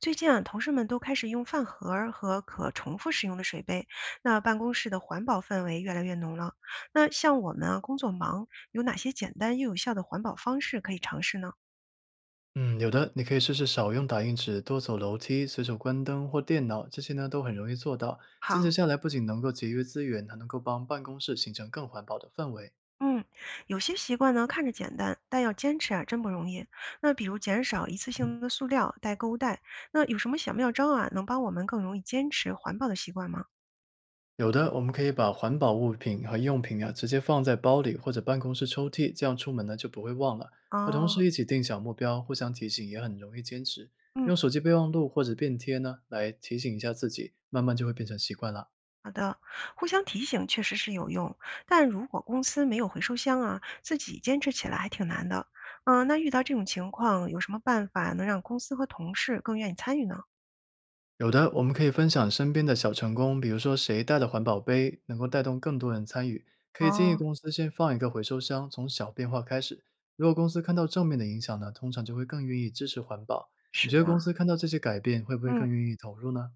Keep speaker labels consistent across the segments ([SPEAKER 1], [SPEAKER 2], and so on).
[SPEAKER 1] 最近啊，同事们都开始用饭盒儿和可重复使用的水杯，那办公室的环保氛围越来越浓了。那像我们啊，工作忙，有哪些简单又有效的环保方式可以尝试呢？
[SPEAKER 2] 嗯，有的，你可以试试少用打印纸，多走楼梯，随手关灯或电脑，这些呢都很容易做到。坚持
[SPEAKER 1] 好。
[SPEAKER 2] 下来，不仅能够节约资源，还能够帮办公室形成更环保的氛围。
[SPEAKER 1] 嗯，有些习惯呢看着简单，但要坚持啊真不容易。那比如减少一次性的塑料、袋、购物袋，那有什么小妙招啊，能帮我们更容易坚持环保的习惯吗？
[SPEAKER 2] 有的，我们可以把环保物品和用品啊直接放在包里或者办公室抽屉，这样出门呢就不会忘了。和同
[SPEAKER 1] 哦。
[SPEAKER 2] 事一起定小目标，互相提醒也很容易坚持。
[SPEAKER 1] 嗯。
[SPEAKER 2] 用手机备忘录或者便贴呢来提醒一下自己，慢慢就会变成习惯了。
[SPEAKER 1] 好的，互相提醒确实是有用，但如果公司没有回收箱啊，自己坚持起来还挺难的。嗯，那遇到这种情况，有什么办法能让公司和同事更愿意参与呢？
[SPEAKER 2] 有的，我们可以分享身边的小成功，比如说谁带的环保杯，能够带动更多人参与。可以建议
[SPEAKER 1] 哦，
[SPEAKER 2] 公司先放一个回收箱，从小变化开始。如果公司看到正面的影响呢，通常就会更愿意支持环保。你
[SPEAKER 1] 是
[SPEAKER 2] 觉得
[SPEAKER 1] 的。
[SPEAKER 2] 公司看到这些改变，会不会
[SPEAKER 1] 嗯，
[SPEAKER 2] 更愿意投入呢？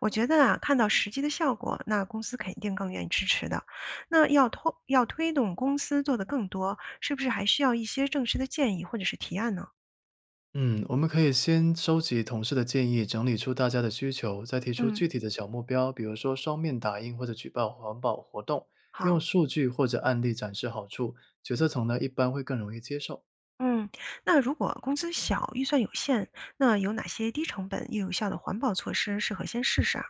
[SPEAKER 1] 我觉得啊，看到实际的效果，那公司肯定更愿意支持的。那要推动公司做得更多，是不是还需要一些正式的建议或者是提案呢？
[SPEAKER 2] 嗯，我们可以先收集同事的建议，整理出大家的需求，再提出
[SPEAKER 1] 嗯，
[SPEAKER 2] 具体的小目标，比如说双面打印或者举办环保活动，用
[SPEAKER 1] 好。
[SPEAKER 2] 数据或者案例展示好处。决策层呢，一般会更容易接受。
[SPEAKER 1] 嗯，那如果工资小，预算有限，那有哪些低成本又有效的环保措施适合先试试啊？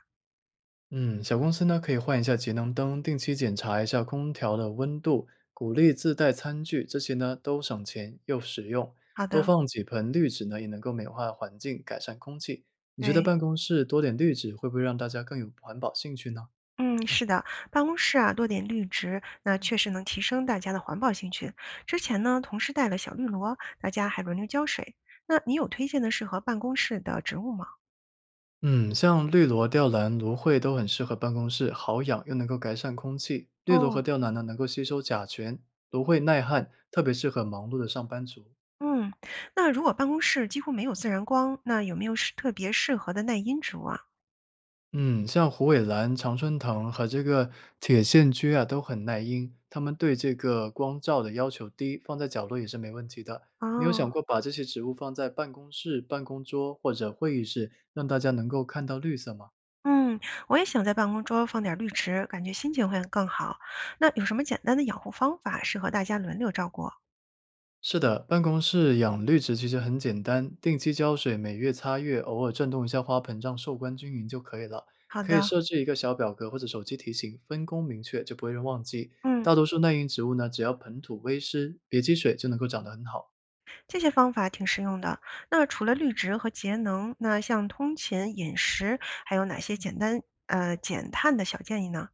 [SPEAKER 2] 嗯，小公司呢可以换一下节能灯，定期检查一下空调的温度，鼓励自带餐具，这些呢都省钱又实用。
[SPEAKER 1] 好
[SPEAKER 2] 多
[SPEAKER 1] 的。
[SPEAKER 2] 放几盆绿植呢，也能够美化环境，改善空气。你觉得
[SPEAKER 1] 对，
[SPEAKER 2] 办公室多点绿植会不会让大家更有环保兴趣呢？
[SPEAKER 1] 嗯，是的，办公室啊多点绿植，那确实能提升大家的环保兴趣。之前呢，同事带了小绿萝，大家还轮流浇水。那你有推荐的适合办公室的植物吗？
[SPEAKER 2] 嗯，像绿萝、吊兰、芦荟都很适合办公室，好养又能够改善空气。绿萝和
[SPEAKER 1] 哦。
[SPEAKER 2] 吊兰呢能够吸收甲醛，芦荟耐旱，特别适合忙碌的上班族。
[SPEAKER 1] 嗯，那如果办公室几乎没有自然光，那有没有特别适合的耐阴植物啊？
[SPEAKER 2] 嗯，像虎尾兰、常春藤和铁线蕨啊，都很耐阴，它们对这个光照的要求低，放在角落也是没问题的。你有想
[SPEAKER 1] 哦。
[SPEAKER 2] 过把这些植物放在办公室、办公桌或者会议室，让大家能够看到绿色吗？
[SPEAKER 1] 嗯，我也想在办公桌放点绿植，感觉心情会更好。那有什么简单的养护方法适合大家轮流照顾？
[SPEAKER 2] 是的，办公室养绿植其实很简单，定期浇水，每月擦月，偶尔转动一下花盆，让受光均匀就可以了。
[SPEAKER 1] 好
[SPEAKER 2] 可
[SPEAKER 1] 的。
[SPEAKER 2] 以设置一个小表格或者手机提醒，分工明确就不会忘记。
[SPEAKER 1] 嗯，
[SPEAKER 2] 大多数耐阴植物呢，只要盆土微湿，别积水就能够长得很好。
[SPEAKER 1] 这些方法挺实用的。那除了绿植和节能，那像通勤、饮食，还有哪些简单减碳的小建议呢？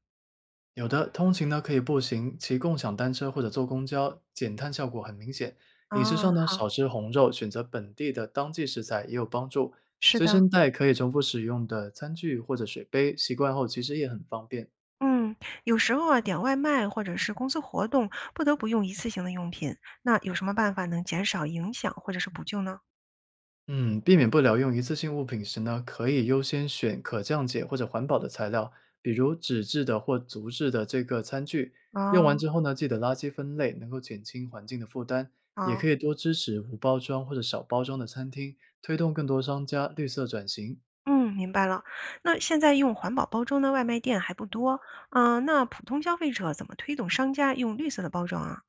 [SPEAKER 2] 有的通勤呢可以步行，骑共享单车或者坐公交，减碳效果很明显。饮食上
[SPEAKER 1] 啊，
[SPEAKER 2] 呢，
[SPEAKER 1] 好，
[SPEAKER 2] 少吃红肉，选择本地的当季食材也有帮助。
[SPEAKER 1] 是
[SPEAKER 2] 随
[SPEAKER 1] 的。
[SPEAKER 2] 身带可以重复使用的餐具或者水杯，习惯后其实也很方便。
[SPEAKER 1] 嗯，有时候啊，点外卖或者是公司活动，不得不用一次性的用品，那有什么办法能减少影响或者是补救呢？
[SPEAKER 2] 嗯，避免不了用一次性物品时呢，可以优先选可降解或者环保的材料，比如纸质的或竹制的餐具。用完
[SPEAKER 1] 啊，
[SPEAKER 2] 之后呢，记得垃圾分类，能够减轻环境的负担。也可
[SPEAKER 1] 好。
[SPEAKER 2] 以多支持无包装或者小包装的餐厅，推动更多商家绿色转型。
[SPEAKER 1] 嗯，明白了。那现在用环保包装的外卖店还不多，嗯、那普通消费者怎么推动商家用绿色的包装啊？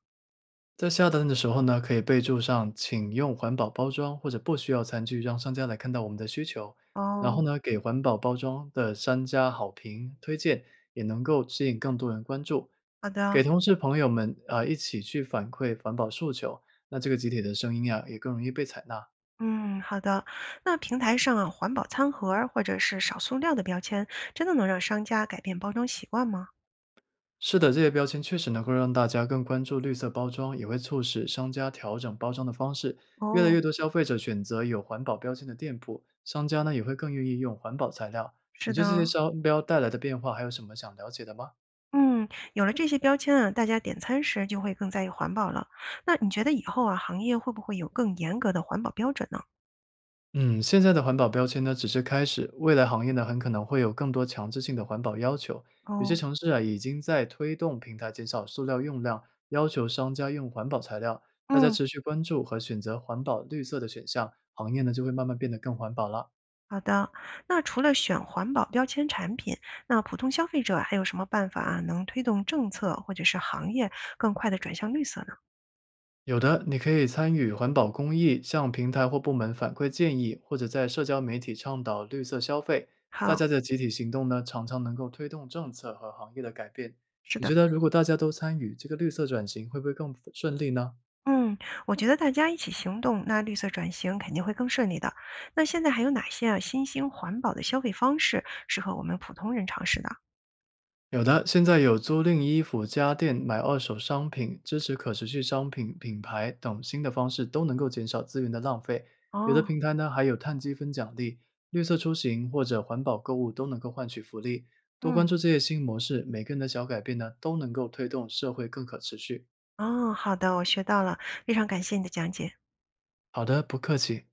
[SPEAKER 2] 在下单的时候呢，可以备注上“请用环保包装”或者“不需要餐具”，让商家来看到我们的需求。然后
[SPEAKER 1] 哦，
[SPEAKER 2] 呢，给环保包装的商家好评推荐，也能够吸引更多人关注。
[SPEAKER 1] 好
[SPEAKER 2] 给
[SPEAKER 1] 的。
[SPEAKER 2] 同事朋友们啊、一起去反馈环保诉求，那这个集体的声音呀、也更容易被采纳。
[SPEAKER 1] 嗯，好的。那平台上啊，环保餐盒儿或者是少塑料的标签，真的能让商家改变包装习惯吗？
[SPEAKER 2] 是的，这些标签确实能够让大家更关注绿色包装，也会促使商家调整包装的方式。越来
[SPEAKER 1] 哦，
[SPEAKER 2] 越多消费者选择有环保标签的店铺，商家呢也会更愿意用环保材料。你
[SPEAKER 1] 是
[SPEAKER 2] 对这些
[SPEAKER 1] 的。
[SPEAKER 2] 商标带来的变化还有什么想了解的吗？
[SPEAKER 1] 嗯，有了这些标签啊，大家点餐时就会更在意环保了。那你觉得以后啊，行业会不会有更严格的环保标准呢？
[SPEAKER 2] 嗯，现在的环保标签呢只是开始，未来行业呢很可能会有更多强制性的环保要求。有些
[SPEAKER 1] 哦。
[SPEAKER 2] 城市啊已经在推动平台减少塑料用量，要求商家用环保材料。大家
[SPEAKER 1] 嗯。
[SPEAKER 2] 持续关注和选择环保绿色的选项，行业呢就会慢慢变得更环保了。
[SPEAKER 1] 好的，那除了选环保标签产品，那普通消费者还有什么办法啊，能推动政策或者是行业更快的转向绿色呢？
[SPEAKER 2] 有的，你可以参与环保公益，向平台或部门反馈建议，或者在社交媒体倡导绿色消费。大家
[SPEAKER 1] 好，
[SPEAKER 2] 的集体行动呢，常常能够推动政策和行业的改变。
[SPEAKER 1] 是
[SPEAKER 2] 你
[SPEAKER 1] 的。
[SPEAKER 2] 觉得，如果大家都参与，这个绿色转型会不会更顺利呢？
[SPEAKER 1] 嗯，我觉得大家一起行动，那绿色转型肯定会更顺利的。那现在还有哪些啊新兴环保的消费方式适合我们普通人尝试的？
[SPEAKER 2] 有的，现在有租赁衣服、家电、买二手商品、支持可持续商品品牌等新的方式，都能够减少资源的浪费。有的
[SPEAKER 1] 哦。
[SPEAKER 2] 平台呢，还有碳积分奖励、绿色出行或者环保购物都能够换取福利。多关
[SPEAKER 1] 嗯，
[SPEAKER 2] 注这些新模式，每个人的小改变呢，都能够推动社会更可持续。
[SPEAKER 1] 哦，好的，我学到了，非常感谢你的讲解。
[SPEAKER 2] 好的，不客气。